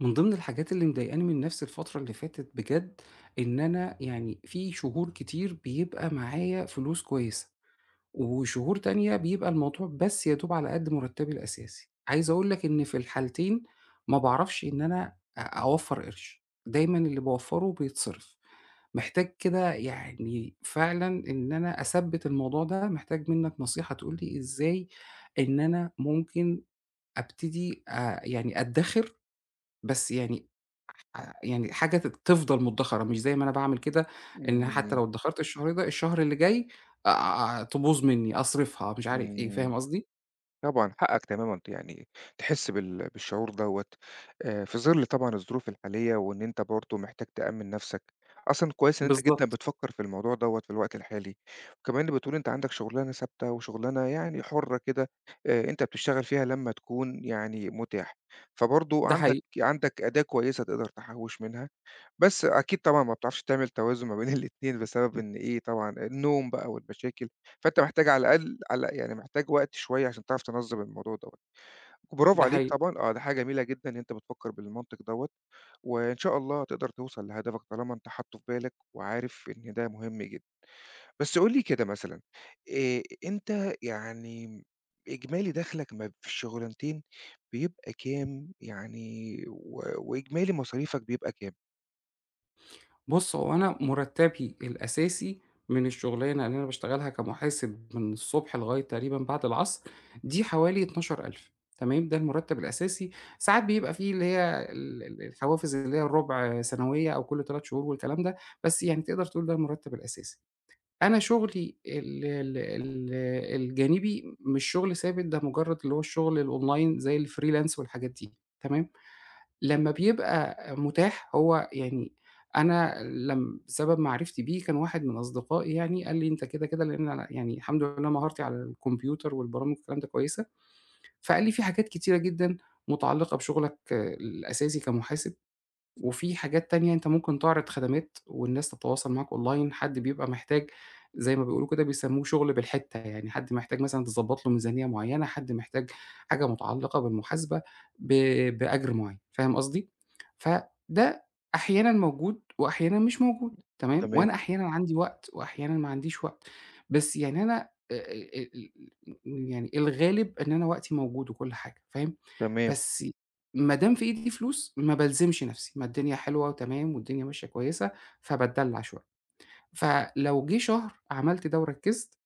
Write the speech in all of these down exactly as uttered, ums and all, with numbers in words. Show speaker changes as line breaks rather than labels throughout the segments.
من ضمن الحاجات اللي مضايقاني من نفسي الفترة اللي فاتت بجد، إن أنا يعني في شهور كتير بيبقى معايا فلوس كويسة، وشهور تانية بيبقى الموضوع بس يا دوب على قد مرتبي الأساسي. عايز أقول لك إن في الحالتين ما باعرفش إن أنا أ أوفّر قرش، دايمًا اللي باوفّره بيتصرف. محتاج كده يعني فعلًا إن أنا أثبّت الموضوع ده، محتاج منّك نصيحة تقول لي إزاي إن أنا ممكن أبتدي آآ يعني أدّخر، بس يعني ع يعني حاجة ت تفضل مُدّخرة، مش زي ما أنا باعمل كده، إن حتى
إمم،
لو ادّخرت الشهر ده، الشهر اللي جاي آآ تبوظ منّي، أصرفها، مش عارف إيه،
إمم،
فاهم قصدي؟
طبعًا حقك تمامًا ت يعني تحس بال بالشعور دوّة، آآ، في ظِل طبعًا الظروف الحالية وإن أنت برضه محتاج تأمِّن نَفْسك، أصلًا كويس إن أنت جدًا
بالضبط،
بتفكّر في الموضوع دوّة في الوقت الحالي، وكمان بتقول أنت عندك شُغلانة ثابتة وشُغلانة يعني حُرّة كده، آآ، أنت بتشتغل فيها لمّا تكون يعني مُتاح، فبرضه
ده
عندك
حقيقي،
عندك أداة كويسة تقدر تحوّش منها، بس أكيد طبعًا ما بتعرفش تعمل توازن ما بين الاتنين بسبب إن إيه، طبعًا النوم بقى والمشاكل. فأنت محتاج على الأقل على يعني محتاج وقت شوية عشان تعرف تنظّم الموضوع دوّة. برافو
ده
عليك
حقيقي.
طبعًا، آه، ده حاجة جميلة جدًا إن أنت بتفكّر بالمنطق دوّة، وإن شاء الله تقدر توصل لهدفك طالما أنت حاطّه في بالك وعارف إن ده مهم جدًا. بس قُل لي كده مثلًا، آآ أنت يعني إجمالي دخلك ما في الشغلانتين بيبقى كام يعني و وإجمالي مصاريفك بيبقى كام؟
بُص، هو أنا مرتّبي الأساسي من الشغلانة اللي أنا باشتغلها كمحاسب من الصبح لغاية تقريبًا بعد العصر، دي حوالي اتناشر ألف. تمام، ده المرتّب الأساسي، ساعات بيبقى فيه اللي هي ال ال الحوافز اللي هي الرُبع سنوية أو كل تلات شهور والكلام ده، بس يعني تقدر تقول ده المرتّب الأساسي. أنا شغلي ال ال ال الجانبي مش شغل ثابت، ده مجرّد اللي هو الشغل الأونلاين زي الfreelance والحاجات دي، تمام، لمّا بيبقى متاح هو يعني أنا لم بسبب معرفتي بيه كان واحد من أصدقائي يعني قال لي: "أنت كده، كده" لإن أنا يعني الحمد لله مهارتي على الكمبيوتر والبرامج والكلام ده كويسة، فقال لي: "في حاجات كتيرة جدًا متعلقة بشغلك آه، الأساسي كمحاسب، وفي حاجات تانية أنت ممكن تعرض خدمات والناس تتواصل معاك أونلاين، حد بيبقى محتاج زي ما بيقولوا كده بيسموه شغل بالحتّة، يعني حد محتاج مثلًا تضبّط له ميزانية معيّنة، حد محتاج حاجة متعلقة بالمحاسبة ب بأجر معيّن، فاهم قصدي؟ فده أحيانًا موجود وأحيانًا مش موجود، تمام؟
تمام،
وأنا أحيانًا عندي وقت وأحيانًا ما عنديش وقت، بس يعني أنا آآ آآ ال يعني الغالب إن أنا وقتي موجود وكل حاجة، فاهم؟
تمام،
بس ما دام في إيدي فلوس ما بالزمش نفسي، ما الدنيا حلوة وتمام والدنيا ماشية كويسة، فباتدلّع شوية. فلو جه شهر عملت ده وركّزت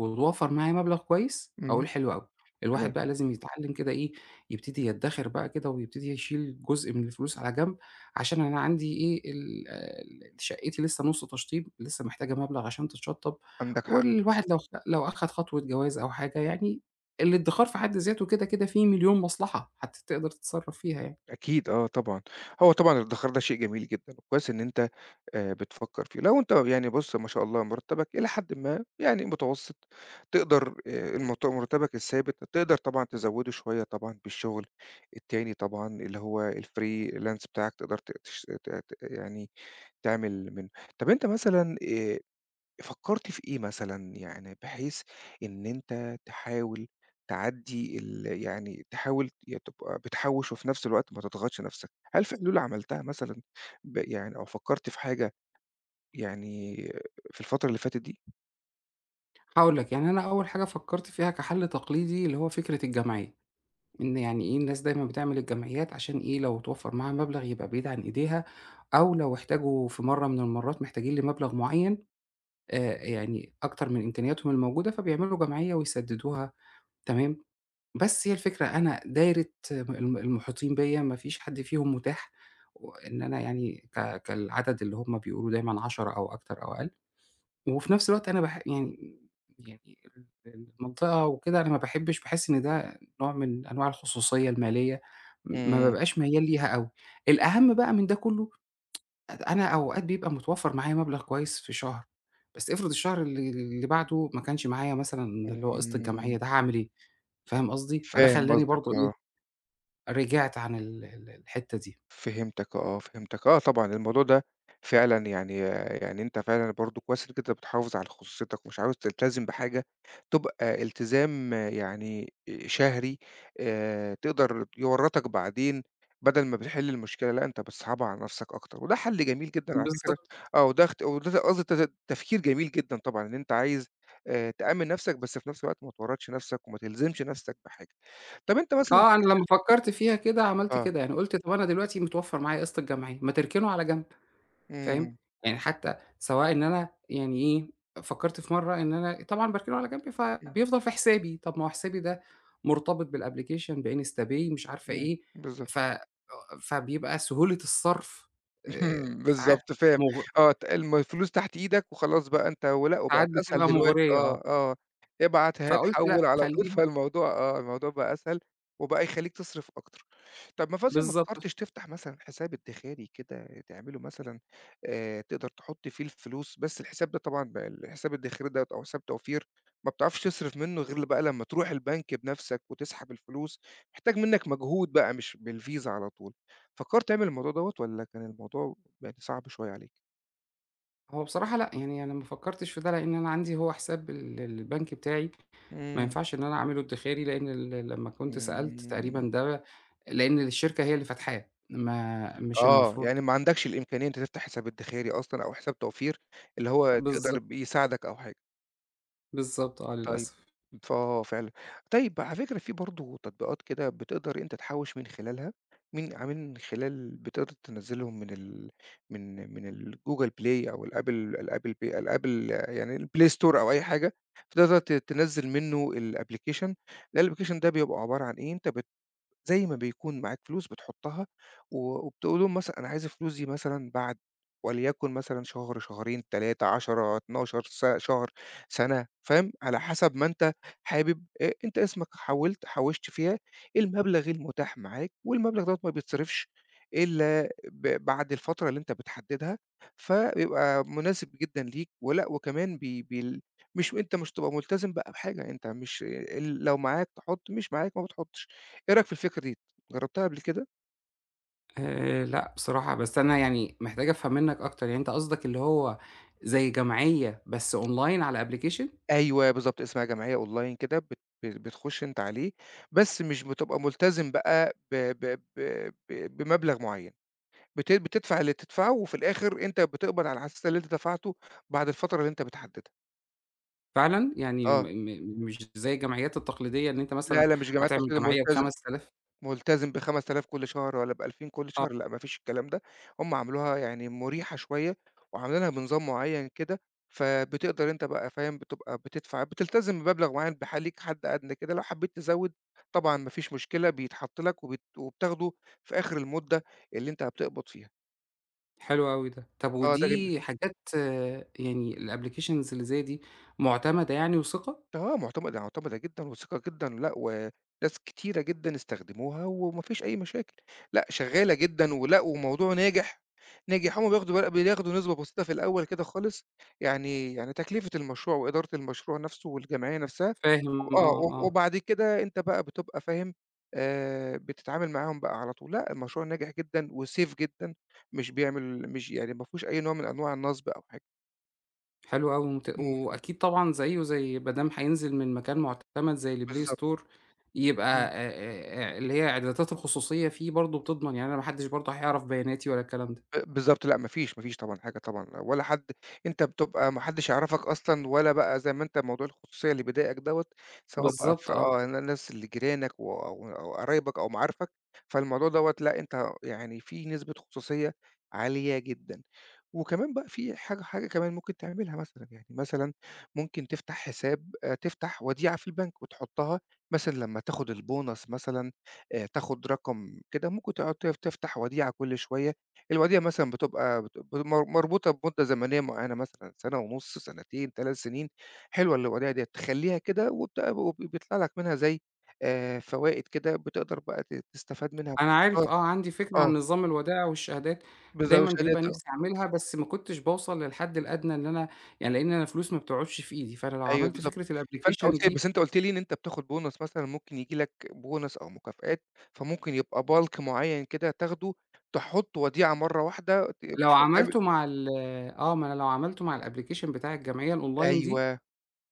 واتوفّر معايا مبلغ كويس، أقول
إمم،
حلو أوي. الواحد
تمام،
بقى لازم يتعلّم كده إيه، يبتدي يدّخر بقى كده ويبتدي يشيل جزء من الفلوس على جنب، عشان أنا عندي إيه، ال ال شقتي لسه نُص تشطيب، لسه محتاجة مبلغ عشان تتشطّب،
عندك حق.
والواحد لو خ لو أخَد خطوة جواز أو حاجة، يعني الادّخار في حد ذاته كده، كده فيه مليون مصلحة هت تقدر تتصرّف فيها يعني.
أكيد آه طبعًا. هو طبعًا الادخار ده شيء جميل جدًا، وكويس إن أنت آآ بتفكّر فيه. لو أنت يعني بُص ما شاء الله مرتّبك إلى حدٍ ما يعني متوسط، تقدر آآ المرت مرتّبك الثابت تقدر طبعًا تزوّده شوية طبعًا بالشغل التاني طبعًا اللي هو الfreelance بتاعك تقدر ت تش ت ت يعني تعمل منه. طَب أنت مثلًا آآ فكّرت في إيه مثلًا يعني بحيث إن أنت تحاول تعدّي ال يعني تحاول ي تبقى بتحوّش وفي نفس الوقت ما تضغطش نفسك، هل في حلول عملتها مثلًا ب يعني أو فكّرت في حاجة يعني في الفترة اللي فاتت دي؟
هاقول لك، يعني أنا أول حاجة فكّرت فيها كحل تقليدي اللي هو فكرة الجمعية، إن يعني إيه الناس دايمًا بتعمل الجمعيات عشان إيه لو توفّر معاها مبلغ يبقى بعيد عن إيديها، أو لو احتاجوا في مرّة من المرّات محتاجين لمبلغ معيّن آآ، يعني أكتر من إمكانياتهم الموجودة فبيعملوا جمعية ويسدّدوها. تمام، بس هي الفكرة أنا دايرة، الم المحيطين بيّا ما فيش حد فيهم متاح، وإن أنا يعني ك كالعدد اللي هم بيقولوا دايمًا عشرة أو أكتر أو أقل. وفي نفس الوقت أنا باح يعني يعني ال المنطقة وكده أنا ما باحبش باحس إن ده نوع من أنواع الخصوصية المالية، م- ما
إمم،
بابقاش ميّال ليها أوي. الأهم بقى من ده كله أنا أوقات بيبقى متوفّر معايا مبلغ كويس في شهر، بس افرض الشهر اللي اللي بعده ما كانش معايا مثلًا اللي هو قسط
إمم،
الجمعية ده، هاعمل إيه؟ فاهم قصدي؟ فده
فاهم
خلّاني
قصدك،
برضه إيه،
آه.
رجعت عن ال ال الحتّة دي.
فهمتك آه، فهمتك آه طبعًا الموضوع ده فعلًا يعني يعني أنت فعلًا برضه كويس إنك أنت بتحافظ على خصوصيتك ومش عاوز تلتزم بحاجة تبقى التزام آه، يعني شهري آآ تقدر يورّطك بعدين بدل ما بتحل المشكلة، لأ أنت بتصعبها على نفسك أكتر، وده حل جميل جدًا على فكرة
بالضبط.
آه، وده اخت وده قصدي ت تفكير جميل جدًا طبعًا إن أنت عايز آآ تأمِّن نفسك بس في نفس الوقت ما تورّطش نفسك وما تلزمش نفسك بحاجة. طب أنت مثلًا
آه، أنا لمّا فكّرت فيها كده عملت
آه،
كده، يعني قُلت طَب أنا دلوقتي متوفّر معايا قسط الجمعية، ما تركنه على جنب. فاهم؟
إمم،
يعني حتى سواء إن أنا يعني إيه، فكّرت في مرّة إن أنا طبعًا باركنه على جنب
إمم،
فبيفضل في حسابي، طَب ما هو حسابي ده مرتبط بالapplication بinsta pay مش عارفة
إمم،
إيه، ف
بالضبط.
فبيبقى سهولة الصرف آآ
اهم،
ساعات
بالضبط فاهم،
مغ
آه ت الم الفلوس تحت إيدك وخلاص بقى أنت ولأ
ساعات
وبقت أسهل
بتبقى
دلوقتي
مغرية آه،
آه، آه، ابعت، هات،
فقُلت لأ
حوّل على طول
خلّيهم.
فالموضوع آه، الموضوع بقى أسهل وبقى يخلّيك تصرف أكتر. طَب ما فاز ما
بالضبط.
فكرتش تفتح مثلًا حساب ادخاري كده تعمله مثلًا آآ، تقدر تحط فيه الفلوس بس الحساب ده طبعًا بقى الحساب الادخاري دوّة أو حساب توفير ما بتعرفش تصرف منه غير بقى لمّا تروح البنك بنفسك وتسحب الفلوس، محتاج منّك مجهود بقى مش بالفيزا على طول. فكّرت تعمل الموضوع دوّة والّا كان الموضوع يعني صعب شوية عليك؟
هو بصراحة لأ، يعني أنا ما فكّرتش في ده، لإن أنا عندي هو حساب ال البنك بتاعي ما
إمم،
ينفعش إن أنا أعمله ادّخاري، لإن ال لمّا كنت سألت
إمم.
تقريبًا ده، لإن الشركة هي اللي فاتحاه، ما مش
آه،
المفروض.
يعني ما عندكش الإمكانية إن أنت تفتح حساب ادخاري أصلًا أو حساب توفير، اللي هو تقدر
بالضبط،
بيه يساعدك أو حاجة.
بالضبط آه
طيب،
للأسف.
فآه فعلًا. طيب على فكرة في برضه تطبيقات كده بتقدر أنت تحوّش من خلالها، من ع من خلال بتقدر تنزّلهم من ال من من الجوجل بلاي أو الآبل الآبل بي الآبل يعني البلاي ستور أو أي حاجة، بتقدر ت تنزّل منّه الapplication، الapplication ده بيبقى عبارة عن إيه، أنت بت زي ما بيكون معاك فلوس بتحطها و وبتقول لهم مثلًا أنا عايز الفلوس دي مثلًا بعد وليكن مثلًا شهر، شهرين، تلاتة، عشرة، اتناشر س شهر، سَنة، فاهم؟ على حسب ما أنت حابب آآ أنت اسمك حوّلت حوّشت فيها المبلغ المتاح معاك والمبلغ دوّة ما بيتصرفش إلا ب بعد الفترة اللي أنت بتحددها، فبيبقى مناسب جدًا ليك ولأ وكمان بي بال مش أنت مش هتبقى ملتزم بقى بحاجة، أنت مش ال لو معاك تحُط، مش معاك ما بتحُطش. إيه رأيك في الفكرة دي؟ جرّبتها قبل كده؟
آآ لأ بصراحة، بس أنا يعني محتاج أفهم منّك أكتر، يعني أنت قصدك اللي هو زي جمعية بس أونلاين على application؟
أيوه بالضبط، اسمها جمعية أونلاين كده بت ب بتخش أنت عليه، بس مش بتبقى ملتزم بقى ب ب ب ب بمبلغ معيّن، بت بتدفع اللي بتدفعه وفي الآخر أنت بتقبض على أساس اللي أنت دفعته بعد الفترة اللي أنت بتحددها.
فعلًا؟ يعني م
آه،
م مش زي الجمعيات التقليدية إن أنت
لا،
مثلًا
لا مش جمعية
هتعمل
تقليدية
جمعية
ملتزم.
بخمسة آلاف؟
ملتزم بخمسة آلاف كل شهر والّا بألفين كل
آه.
شهر، لأ ما فيش الكلام ده، هم عملوها يعني مُريحة شوية، وعاملينها بنظام معيّن كده، فبتقدر أنت بقى فاهم، بتبقى بتدفع بتلتزم بمبلغ معيّن بح ليك حد أدنى كده، لو حبيت تزوّد طبعًا ما فيش مشكلة بيتحط لك وبت وبتاخده في آخر المدة اللي أنت هتقبض فيها.
حلو أوي ده. طب
آه ده جم
ودي حاجات آه، يعني الapplications اللي زي دي مُعتمدة يعني وثقة؟
آه، مُعتمدة، مُعتمدة جدًا وثيقة جدًا، لأ وناس كتيرة جدًا استخدموها وما فيش أي مشاكل، لأ شغّالة جدًا ولأ والموضوع ناجح، ناجح هُم بياخدوا بقى بياخدوا نسبة بسيطة في الأول كده خالص، يعني يعني تكلفة المشروع وإدارة المشروع نَفْسه والجمعية نَفْسها وب
فاهم
آه،
آه،
و
آه.
وبعد كده أنت بقى بتبقى فاهم آآ، بتتعامل معاهم بقى على طول، لأ المشروع ناجح جدًا وsafe جدًا، مش بيعمل مش يعني ما فيهوش أي نوع من أنواع النصب أو حاجة.
حلو أوي ومت
إمم،
وأكيد طبعًا زيه زي ما دام هينزل من مكان مُعتمد زي الplay
بالضبط،
store، يبقى
إمم.
آآ آآ اللي هي إعدادات الخصوصية فيه برضه بتضمن، يعني أنا ما حدش برضه هيعرف بياناتي ولا الكلام ده.
ب بالضبط، لأ ما فيش، ما فيش طبعًا حاجة طبعًا، ولا حد أنت بتبقى ما حدش يعرفك أصلًا، ولا بقى زي ما أنت موضوع الخصوصية اللي بيضايقك دوّة، سواء بقى
بالضبط
في
آه.
آه، ن الناس اللي جيرانك و أو أو قرايبك أو معارفك، فالموضوع دوّة لأ أنت يعني في نسبة خصوصية عالية جدًا، وكمان بقى في حاجة حاجة كمان ممكن تعملها مثلًا، يعني مثلًا ممكن تفتح حساب آآ، تفتح وديعة في البنك وتحطها مثلًا لمّا تاخد البونص مثلًا، آآ، تاخد رقم كده ممكن تقعد تف تفتح وديعة كل شوية الوديعة مثلًا بتبقى بت ب مر مربوطة بمدة زمنية معيّنة مثلًا سَنة ونُص، سَنتين، ثلاث سنين، حلوة الوديعة ديّة، تخلّيها كده وبت وب بيطلع لك منها زي آآ فوائد كده بتقدر بقى ت تستفاد منها
أنا
كل شهر
عارف آه، عندي فكرة عن
آه،
نظام الودائع والشهادات،
بالضبط
دايمًا بيبقى
وشهادات آه،
نِفْسي أعملها بس ما كنتش باوصل للحد الأدنى إن أنا يعني، لإن أنا الفلوس ما بتقعدش في إيدي، فأنا لو
أيوه
عملت
بالضبط.
فكرة
فأنت
الapplication
قُلت لي،
دي،
بس أنت قُلت لي إن أنت بتاخد bonus مثلًا ممكن ييجي لك bonus أو مكافآت، فممكن يبقى bulk معيّن كده تاخده، تحُط وديعة مرّة واحدة ت
لو
مش هتعمل
عملته مع ال آه، ما أنا لو عملته مع الapplication بتاع الجمعية الأونلاين دي،
أيوه،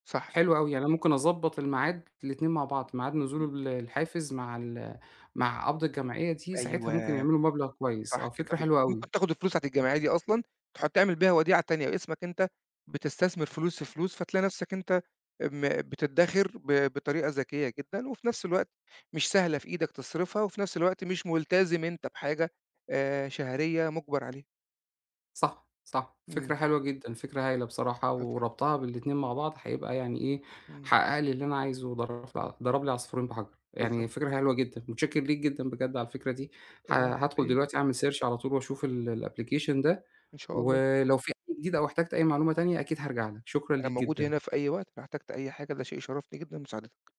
صح،
حلو أوي، يعني أنا ممكن أضبّط الميعاد الاتنين مع بعض، ميعاد نزول ال الحافز مع ال مع قبض الجمعية دي، ساعتها ممكن
أيوه.
يعملوا مبلغ كويس،
صح
آه،
كده
فكرة
بالضبط،
حلوة أوي.
ممكن تاخد الفلوس بتاعة الجمعية دي أصلًا تحط تعمل بيها وديعة تانية باسمك أنت، بتستثمر فلوس في فلوس، فتلاقي نفسك أنت م بتدخر ب بطريقة ذكية جدًا، وفي نفس الوقت مش سهلة في إيدك تصرفها، وفي نفس الوقت مش ملتزم أنت بحاجة آآ، شهرية مُجبر عليها.
صح، صح، فكرة
إمم،
حلوة جدًا، فكرة هايلة بصراحة، وربطها بالاتنين مع بعض هيبقى يعني إيه،
إمم،
حقق لي اللي أنا عايزه وضرب لي ضرب لي عصفورين بحجر، يعني
بالضبط،
فكرة حلوة جدًا، متشكر ليك جدًا بجد على الفكرة دي، ه
العفو على
هادخل
إيه،
دلوقتي أعمل search على طول وأشوف ال الapplication ده،
إن شاء الله،
ولو في أي جديد أو احتجت أي معلومة تانية أكيد هارجع لك، شكرًا
أنا
ليك
موجود هنا
جدًا.
في أي وقت، لو احتجت أي حاجة ده شيء يشرفني جدًا مساعدتك.